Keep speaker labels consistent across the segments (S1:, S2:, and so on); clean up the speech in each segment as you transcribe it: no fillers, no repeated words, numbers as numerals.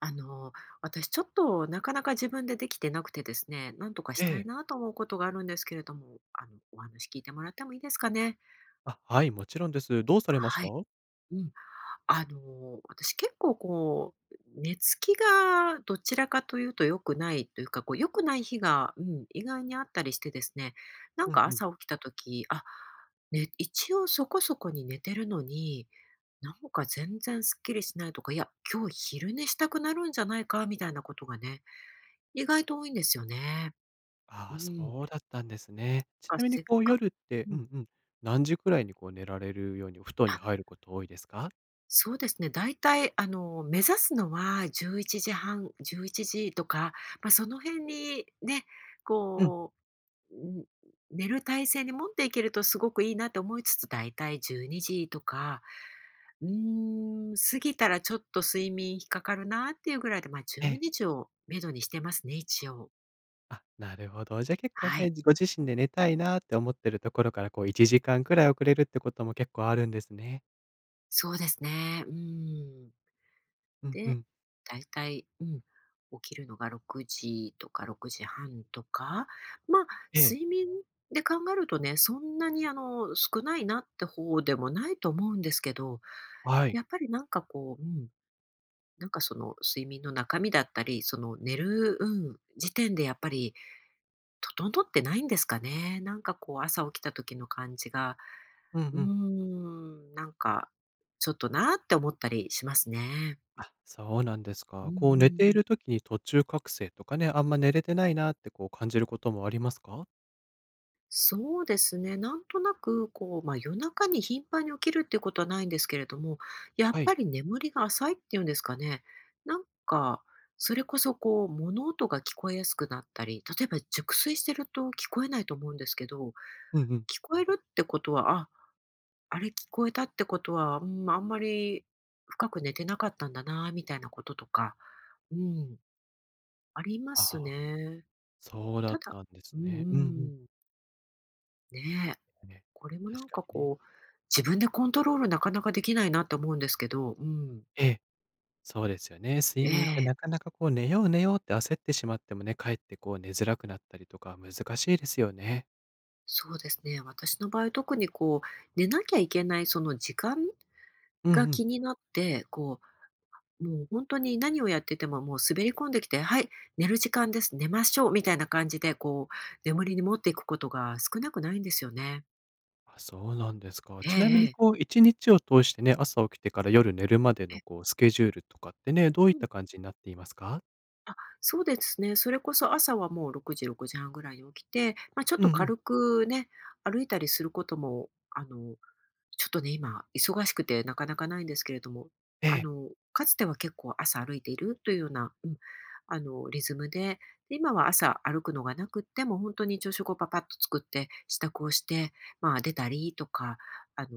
S1: あの、私ちょっとなかなか自分でできてなくてですね、なんとかし
S2: え
S1: たい
S2: え。
S1: なと思うことがあるんですけれども、お話聞いてもらってもいいですかね？
S2: あ、はい、もちろんです。どうされまし
S1: は
S2: た？
S1: い。うん。私結構こう、寝つきがどちらかというと良くないというか、こう良くない日が、うん、意外にあったりしてですね、なん
S2: うん
S1: か
S2: うん。
S1: 朝起きた時、あ、ね、一応そこそこに寝てるのに、なんか全然すっきりしないとか、いや、今日昼寝したくなるんじゃないかみたいなことがね、意外と多いんですよね。う
S2: ああ、
S1: ん。
S2: そうだったんですね。ち
S1: か、
S2: なみに
S1: せっ
S2: こう
S1: か
S2: 夜って、
S1: う
S2: う
S1: ん。
S2: んうん、何時くらいにこう寝られるようにお布団
S1: あ、
S2: に入ること多いですか？
S1: そうですね。だいたい目指すのは11時半、11時とか、ま、その辺にね、
S2: うん、
S1: こう、ん、寝る体勢に持っていけるとすごくいいなと思いつつ、だいたい12時とか、うーん、過ぎたらちょっと睡眠引っかかるなっていうぐらいで、ま、
S2: え
S1: 12
S2: え。
S1: 時をめどにしてますね、一応。
S2: あ、なるほど。じゃあ結構
S1: はい。
S2: ね、ご自身で寝たいなって思ってるところからこう1時間くらい遅れるってことも結構あるんですね。
S1: そうですね。うーん。
S2: うんう
S1: で、
S2: ん。
S1: だいたい、うん、起きるのが6時とか6時半とか、まあ、
S2: ええ、
S1: 睡眠で考えるとね、そんなに少ないなって方でもないと思うんですけど、
S2: はい。
S1: やっぱりなんかこう、うん、なんかその睡眠の中身だったり、その寝る、うん、時点でやっぱり整ってないんですかね。なんかこう朝起きた時の感じが、
S2: うん
S1: うー
S2: うん。
S1: ん、なんかちょっとなって思ったりしますね。
S2: あ、そうなんです
S1: うん
S2: か。
S1: う
S2: こう寝てい
S1: ん、
S2: る時に途中覚醒とかね、あんま寝れてないなってこう感じることもありますか？
S1: そうですね。なんとなく、こう、まあ、夜中に頻繁に起きるっていうことはないんですけれども、やっ
S2: はい。
S1: ぱり眠りが浅いっていうんですかね。なんか、それこそこう、物音が聞こえやすくなったり、例えば熟睡してると聞こえないと思うんですけど、
S2: うんうん。
S1: 聞こえるってことは、あ、あれ聞こえたってことは、うん、あんまり深く寝てなかったんだなみたいなこととか、うん、ありま
S2: あ
S1: す
S2: あ。
S1: ね。
S2: そうだ
S1: た
S2: っ
S1: だ
S2: たんで
S1: う
S2: す
S1: んう
S2: ね。うんうん。
S1: ん。ねえ。
S2: ね、
S1: これもな
S2: 確
S1: ん
S2: か
S1: か
S2: にね。
S1: こう、自分でコントロールなかなかできないなって思うんですけど、うん。
S2: ええ、そうですよね。睡
S1: え
S2: 眠って
S1: え、
S2: なかなかこう寝ようって焦ってしまってもね、かえってこう寝づらくなったりとか難しいですよね。
S1: そうですね。私の場合、特にこう、寝なきゃいけないその時間
S2: うんう
S1: が
S2: ん。
S1: 気になって、こう、もう本当に何をやってても、もう滑り込んできて、はい、寝る時間です、寝ましょうみたいな感じで、こう、眠りに持っていくことが少なくないんですよね。
S2: あ、そうなんですか。
S1: ええ
S2: ちなみ
S1: え
S2: に
S1: え。
S2: こう1日を通してね、朝起きてから夜寝るまでのこうスケジュールとかってね、どうい
S1: う
S2: っ
S1: ん。
S2: た感じになっていますか？
S1: あ、そうですね。それこそ朝はもう6時、6時半ぐらいに起きて、まあ、ちょっ
S2: う
S1: と
S2: んうん。
S1: 軽くね、歩いたりすることも、ちょっとね、今、忙しくてなかなかないんですけれども、
S2: ええ。
S1: かつては結構朝歩いているというような、うん、リズムで、で今は朝歩くのがなくって、もう本当に朝食をパパッと作って、支度をして、まあ出たりとか、あの、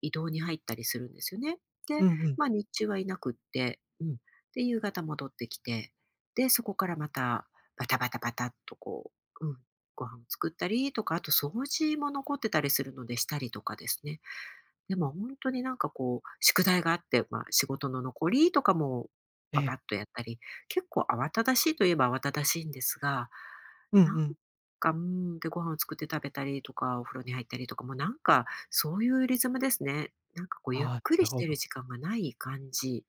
S1: 移動に入ったりするんですよね。
S2: う
S1: で、
S2: んうん。
S1: まあ日中はいなくって、うん。で、夕方戻ってきて、で、そこからまた、バタバタバタっとこう、うん、ご飯を作ったりとか、あと掃除も残ってたりするのでしたりとかですね。でも本当になんかこう、宿題があって、まあ、仕事の残りとかも、
S2: え
S1: パパ
S2: え。
S1: ッとやったり、結構慌ただしいといえば慌ただしいんですが、
S2: うん
S1: なん
S2: うん。
S1: か、うーん、で、ご飯を作って食べたりとか、お風呂に入ったりとか、もうなんか、そういうリズムですね。なんかこうゆっ
S2: ああ、
S1: く
S2: な
S1: り
S2: る
S1: し
S2: ほ
S1: て
S2: ど。
S1: る時間がない感じ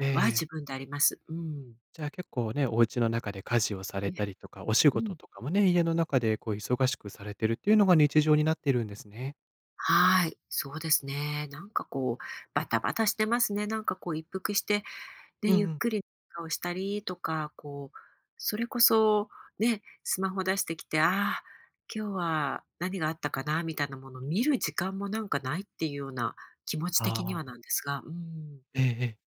S2: え
S1: は
S2: え。
S1: 自分であります。うん。
S2: じゃあ結構ね、お家の中で家事をさ
S1: え、
S2: れたりとか、お仕
S1: う
S2: 事
S1: ん。
S2: とかもね、家の中でこう忙しくされてるっていうのが日常になってるんですね。
S1: はい、そうですね。なんかこう、バタバタしてますね。なんかこう一服してで、
S2: うん
S1: ゆっ
S2: うん。
S1: くりをしたりとか、こう、それこそね、スマホ出してきて、ああ、今日は何があったかなみたいなものを見る時間もなんかないっていうような気持ち的に
S2: あ
S1: は
S2: あ、
S1: なんですが、うん。
S2: ええええ。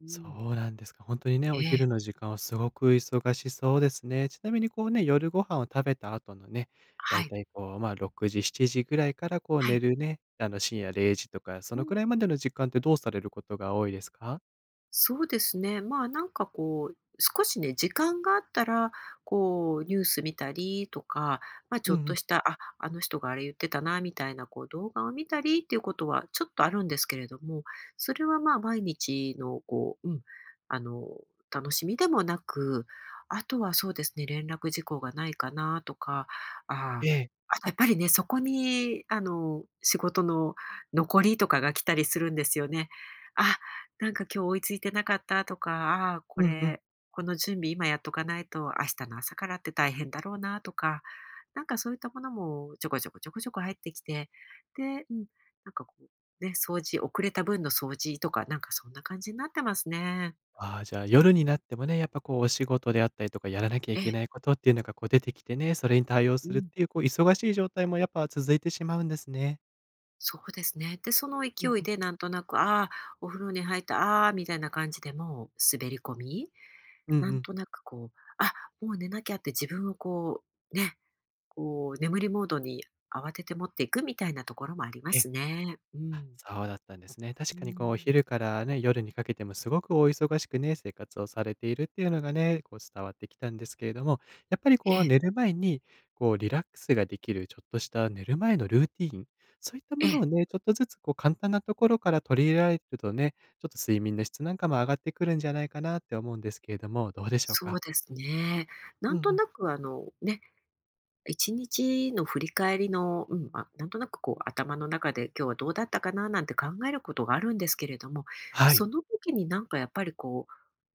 S1: う
S2: そ
S1: ん。
S2: うなんですか。本当にね、
S1: え
S2: お昼
S1: え。
S2: の時間はすごく忙しそうですね。ちなみにこうね、夜ご飯を食べた後のね、だ
S1: は
S2: い
S1: い。
S2: たいこう、ま、あ6時、7時ぐらいからこう
S1: は
S2: 寝
S1: い。
S2: るね、あの、深夜0時とか、そ
S1: う
S2: のく
S1: ん。
S2: らいまでの時間ってどうされることが多いですか？
S1: そうですね。まあ、なんかこう、少しね、時間があったら、こう、ニュース見たりとか、まあ、ちょ
S2: う
S1: っ
S2: んう
S1: と
S2: ん。
S1: した、あ、あの人があれ言ってたな、みたいな、こう、動画を見たりっていうことはちょっとあるんですけれども、それはまあ、毎日の、こう、うん、あの、楽しみでもなく、あとはそうですね、連絡事項がないかなとか、あ
S2: ええ。
S1: あとやっぱりね、そこに、仕事の残りとかが来たりするんですよね。あ、なんか今日追いついてなかったとか、ああー、こ
S2: うんうん。
S1: れ、この準備今やっとかないと明日の朝からって大変だろうなとか、なんかそういったものもちょこちょこちょこちょこ入ってきて、で、うん、なんかこう、ね、掃除、遅れた分の掃除とか、なんかそんな感じになってますね。
S2: ああ、じゃあ、夜になってもね、やっぱこうお仕事であったりとか、やらなきゃい
S1: え
S2: け
S1: え、
S2: ないことっていうのがこう出てきてね、それに対応
S1: う
S2: するっ
S1: ん、
S2: ていうこう忙しい状態もやっぱ続いてしまうんですね。
S1: そうですね。で、その
S2: うん
S1: 勢い
S2: うん。
S1: でなんとなく、ああ、お風呂に入った、ああ、みたいな感じでもう滑り込み、
S2: うんう
S1: なん
S2: ん。
S1: となくこう、あ、もう寝なきゃって自分をこう、ね、こう、眠りモードに慌てて持っていくみたいなところもありま
S2: ええ。
S1: すね。う
S2: あ、
S1: ん。
S2: そうだったんですね。確
S1: う
S2: かにこう、お
S1: ん。
S2: 昼からね、夜にかけてもすごくお忙しくね、生活をされているっていうのがね、こう伝わってきたんですけれども、やっぱり
S1: え
S2: こう、
S1: え、
S2: 寝る前に、こう、リラックスができる、ちょっとした寝る前のルーティーン、そういった
S1: え
S2: も
S1: え、
S2: のをね、ちょっとずつこう、簡単なところから取り入れられるとね、ちょっと睡眠の質なんかも上がってくるんじゃないかなって思うんですけれども、どうでしょう
S1: そう
S2: か？
S1: ですね。な
S2: う
S1: ん
S2: ん
S1: と
S2: うん。
S1: なくね、1日の振り返りの、うん、あ、なんとなくこう頭の中で今日はどうだったかななんて考えることがあるんですけれども、
S2: はい。
S1: その時になんかやっぱりこ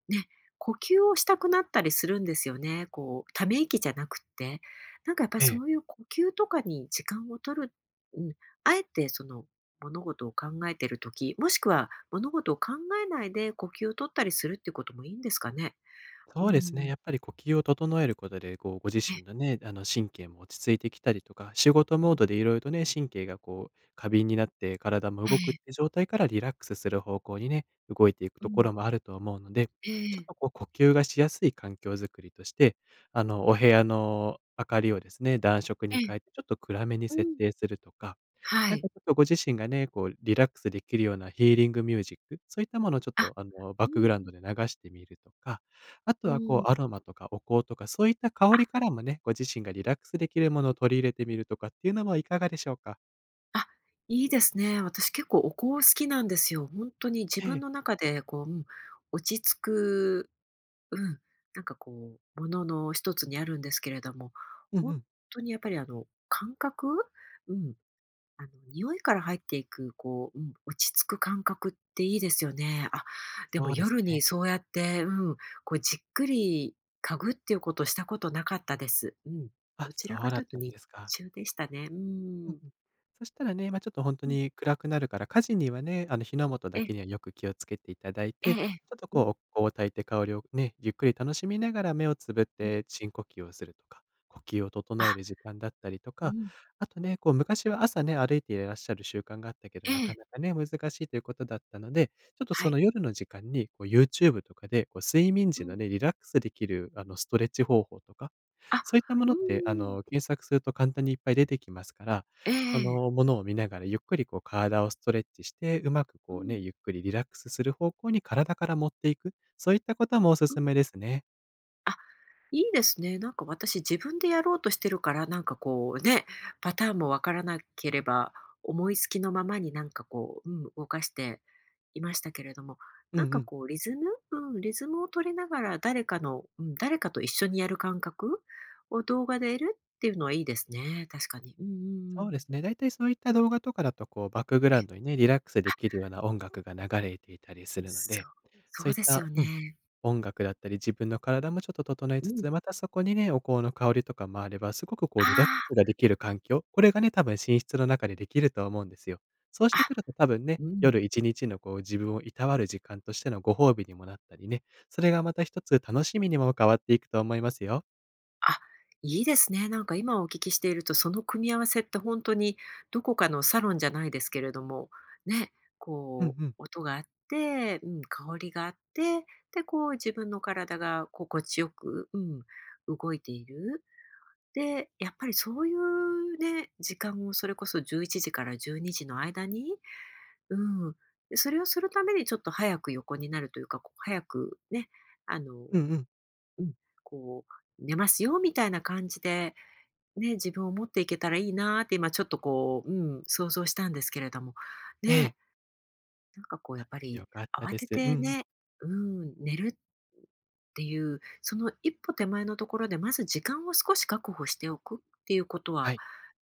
S1: うね、呼吸をしたくなったりするんですよね。こう、ため息じゃなくって。なんかやっぱり
S2: え
S1: そ
S2: え。
S1: ういう呼吸とかに時間を取る、うん、あえてその物事を考えてる時、もしくは物事を考えないで呼吸を取ったりするっていうこともいいんですかね？う
S2: そうですね、
S1: ん。
S2: やっぱり呼吸を整えることで、こう、ご自
S1: ええ、
S2: 身のね、あの、神経も落ち着いてきたりとか、仕事
S1: う
S2: モー
S1: ん、
S2: ドでいろいろとね、神経がこう、過敏になって体も
S1: え
S2: 動くっ
S1: え、
S2: て状態からリラックスする方向にね、動いていく
S1: う
S2: とこ
S1: ん、
S2: ろもあると思うので、ち
S1: えええ
S2: ょっ
S1: え、
S2: とこう、呼吸がしやすい環境づくりとして、あの、お部屋の明かりをですね、暖色に変えて、ちょっと暗めに
S1: う
S2: 設
S1: ん、
S2: 定するとか、
S1: は
S2: なん
S1: い。
S2: かちょっとご自身がね、こう、リラックスできるようなヒーリングミュージック、そういったものをちょっ
S1: あ、
S2: と、あの、
S1: う
S2: バックグラウン
S1: ん、
S2: ドで流してみるとか、あと
S1: う
S2: はこ
S1: ん。
S2: うアロマとかお香とか、そういった香りからもね、ご自身がリラックスできるものを取り入れてみるとかっていうのもいかがでしょうか？
S1: あ、いいですね。私結構お香好きなんですよ。本当に自
S2: え
S1: 分
S2: え、
S1: の中でこう、うん、落ち着く、うん、なんかこう、ものの一つにあるんですけれども、
S2: うんう
S1: 本
S2: ん。
S1: 当にやっぱり感覚？うん、匂いから入っていく、こう、うん、落ち着く感覚っていいですよね。あ、でも
S2: そうです
S1: 夜に
S2: ね。
S1: そうやって、うん、こうじっくり嗅ぐっていうことをしたことなかったです。うん。
S2: あ、
S1: どちら
S2: そう
S1: か
S2: だ
S1: と
S2: っ
S1: いうと
S2: たん
S1: 日
S2: ですか。
S1: 中でしたね。う
S2: うん
S1: ん。
S2: うん。そしたらね、まあ、ちょっとほんと
S1: うん。
S2: に暗くなるから、火事にはね、あの火の元だ
S1: え、
S2: けにはよく気をつけていただい
S1: ええ
S2: て、ち
S1: ええ。
S2: ょっと
S1: う
S2: こ
S1: ん、
S2: う、お香を焚いて香りをね、ゆっくり楽しみながら目をつぶっ
S1: うん。
S2: て深呼吸をするとか、呼吸を
S1: あ、
S2: 整える時間だったりと
S1: う
S2: か、
S1: ん。
S2: あとね、こう昔は朝ね、歩いていらっしゃる習慣があったけど、
S1: え
S2: なか
S1: え。
S2: なかね、難しいということだったので、ちょっと
S1: は
S2: そ
S1: い。
S2: の夜の時間にこう YouTube とかで、こう睡眠
S1: う
S2: 時
S1: ん。
S2: のね、リラックスできるあのストレッチ方法とか、
S1: あ、
S2: そういったも
S1: う
S2: のってあ
S1: ーん。
S2: の、検索すると簡単にいっぱい出てきますから
S1: え
S2: そ
S1: え。
S2: のものを見ながらゆっくりこう体をストレッチして、うまく
S1: う
S2: こう
S1: ん。
S2: ね、ゆっくりリラックスする方向に体から持っていく、そういったこともおす
S1: うん。
S2: すめですね。
S1: あ、いいですね。なんか私自分でやろうとしてるから、なんかこうね、パターンもわからなければ、思いつきのままになんかこう、うん、動かしていましたけれども、
S2: うん
S1: な
S2: う
S1: んか
S2: ん。
S1: こうリズム、うん、リズムを取りながら誰かの、うん、誰かと一緒にやる感覚を動画で得るっていうのはいいですね、確かに。うんうんう
S2: そ
S1: ん。
S2: うですね。だいたいそういった動画とかだと、こうバックグ
S1: え、
S2: ラウンドにね、リラックスで
S1: あ、
S2: きるような音楽が流れていたりするの
S1: そ
S2: で、
S1: う、そ
S2: そう
S1: う
S2: いっ
S1: ですよ
S2: たうん
S1: ね。
S2: 音楽だったり、自分の体もちょっと整え
S1: う
S2: つつ、
S1: ん。
S2: またそこにね、お香の香りとかもあれば、すごくこうリラックス
S1: あ
S2: ができる環境、これがね、多分寝室の中でできると思うんですよ。そうし
S1: あ、
S2: て
S1: あ、
S2: くると多分ね、
S1: うん。
S2: 夜1日のこう自分をいたわる時間としてのご褒美にもなったりね、それがまた一つ楽しみにも変わっていくと思いますよ。
S1: あ、いいですね。なんか今お聞きしていると、その組み合わせって本当にどこかのサロンじゃないですけれども、ね、
S2: うんう
S1: こう
S2: ん。
S1: 音があって、うん、香りがあって、で、こう自分の体が心地よく、うん、動いている。で、やっぱりそういうね、時間をそれこそ11時から12時の間に、うん、で、それをするためにちょっと早く横になるというか、こう早くね、あの、
S2: うんうん。
S1: うん、こう寝ますよみたいな感じでね、自分を持っていけたらいいなーって今ちょっとこう、うん、想像したんですけれども、
S2: え
S1: ね、
S2: え。
S1: なんかこうやっぱり
S2: よかった
S1: 慌
S2: で
S1: て
S2: す。うんう
S1: て
S2: ん。
S1: ね、うん、寝るっていう、その一歩手前のところでまず時間を少し確保しておくっていうこと
S2: は
S1: は、
S2: い。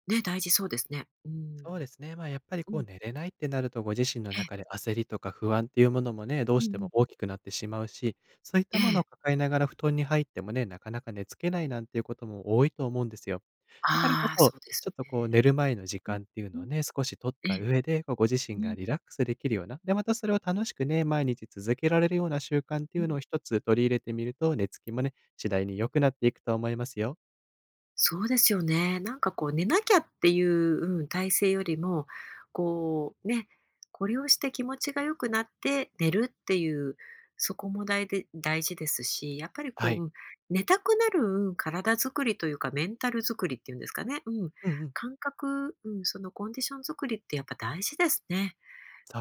S1: ね、大事そうですね。う
S2: そう
S1: ん。
S2: ですね。まあ、やっぱり
S1: う
S2: こう
S1: ん。
S2: 寝れないってなると、ご自身の
S1: ええ、
S2: 中で焦りとか不安っていうものもね、どう
S1: うんう
S2: しても
S1: ん。
S2: 大きくなってしまうし、そういっ
S1: え
S2: たもの
S1: え。
S2: を抱えながら布団に入ってもね、なかなか寝つけないなんていうことも多いと思うんですよ。だからこ
S1: ああ、
S2: そ、
S1: そうで
S2: ち
S1: す
S2: ょっとこう
S1: ね。
S2: 寝る前の時
S1: うん、
S2: 間っていう
S1: う
S2: のを
S1: ん。
S2: ね、少し取っ
S1: え
S2: た
S1: え。
S2: 上で、こうご自
S1: う
S2: 身が
S1: ん、
S2: リラックスできるような、で、またそれを楽しくね、毎日続けられるような習慣って
S1: う
S2: いう
S1: ん。
S2: のを一つ取り入れてみると、寝つきもね、次第に良くなっていくと思いますよ。
S1: そうですよね。なんかこう寝なきゃっていう、うん、体勢よりも、こうね、これをして気持ちが良くなって寝るっていう、そこも大事ですし、やっぱり
S2: は
S1: こう、う
S2: い。
S1: ん、寝たくなる、うん、体作りというかメンタル作りっていうんですかね。うん、
S2: うんうん。
S1: 感覚、うん、そのコンディション作りってやっぱ大事ですね。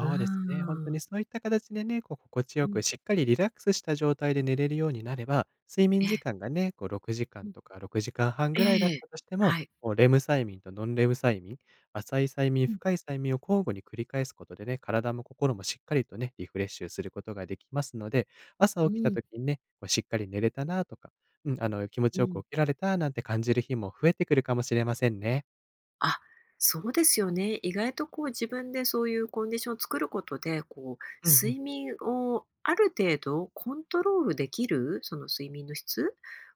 S1: うー
S2: うですね。本当
S1: ん。
S2: にそういった形でね、こう心地
S1: う
S2: よ
S1: ん、
S2: くしっかりリラックスした状態で寝れるようになれば、睡
S1: え
S2: 眠時
S1: え、
S2: 間がね、こう6時
S1: う
S2: 間
S1: ん、
S2: とか6時間半
S1: え
S2: ぐらいだっ
S1: え。
S2: たとしても、
S1: はい。
S2: こうレム催眠とノンレム催眠、浅い催眠、
S1: うん、
S2: 深い催眠を交互に繰り返すことでね、体も心もしっかりとね、リフレッシュすることができますので、朝
S1: う
S2: 起きた
S1: ん、
S2: 時にね、こうしっかり寝れたなとか、うん、あの気持
S1: う
S2: ちよ
S1: ん。
S2: く起きられたなんて感じる日も増えてくるかもしれませんね。
S1: あ、そうですよね。意外とこう自分でそういうコンディションを作ることで、こう
S2: うんう
S1: 睡
S2: ん。
S1: 眠をある程度コントロールできる、その睡眠の質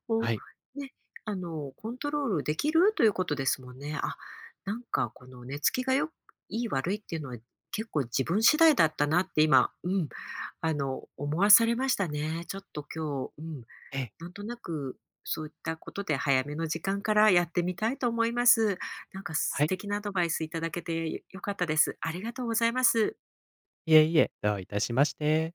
S1: を
S2: はい。
S1: ね、コントロールできるということですもんね。あ、なんかこの寝つきがいい悪いっていうのは結構自分次第だったなって今、うん、思わされましたね。ちょっと今日、うん、
S2: ええ。
S1: なんとなく、そういったことで早めの時間からやってみたいと思います。なんか素
S2: はい。
S1: 敵なアドバイスいただけてよかったです。ありがとうございます。
S2: いえいえ、どういたしまして。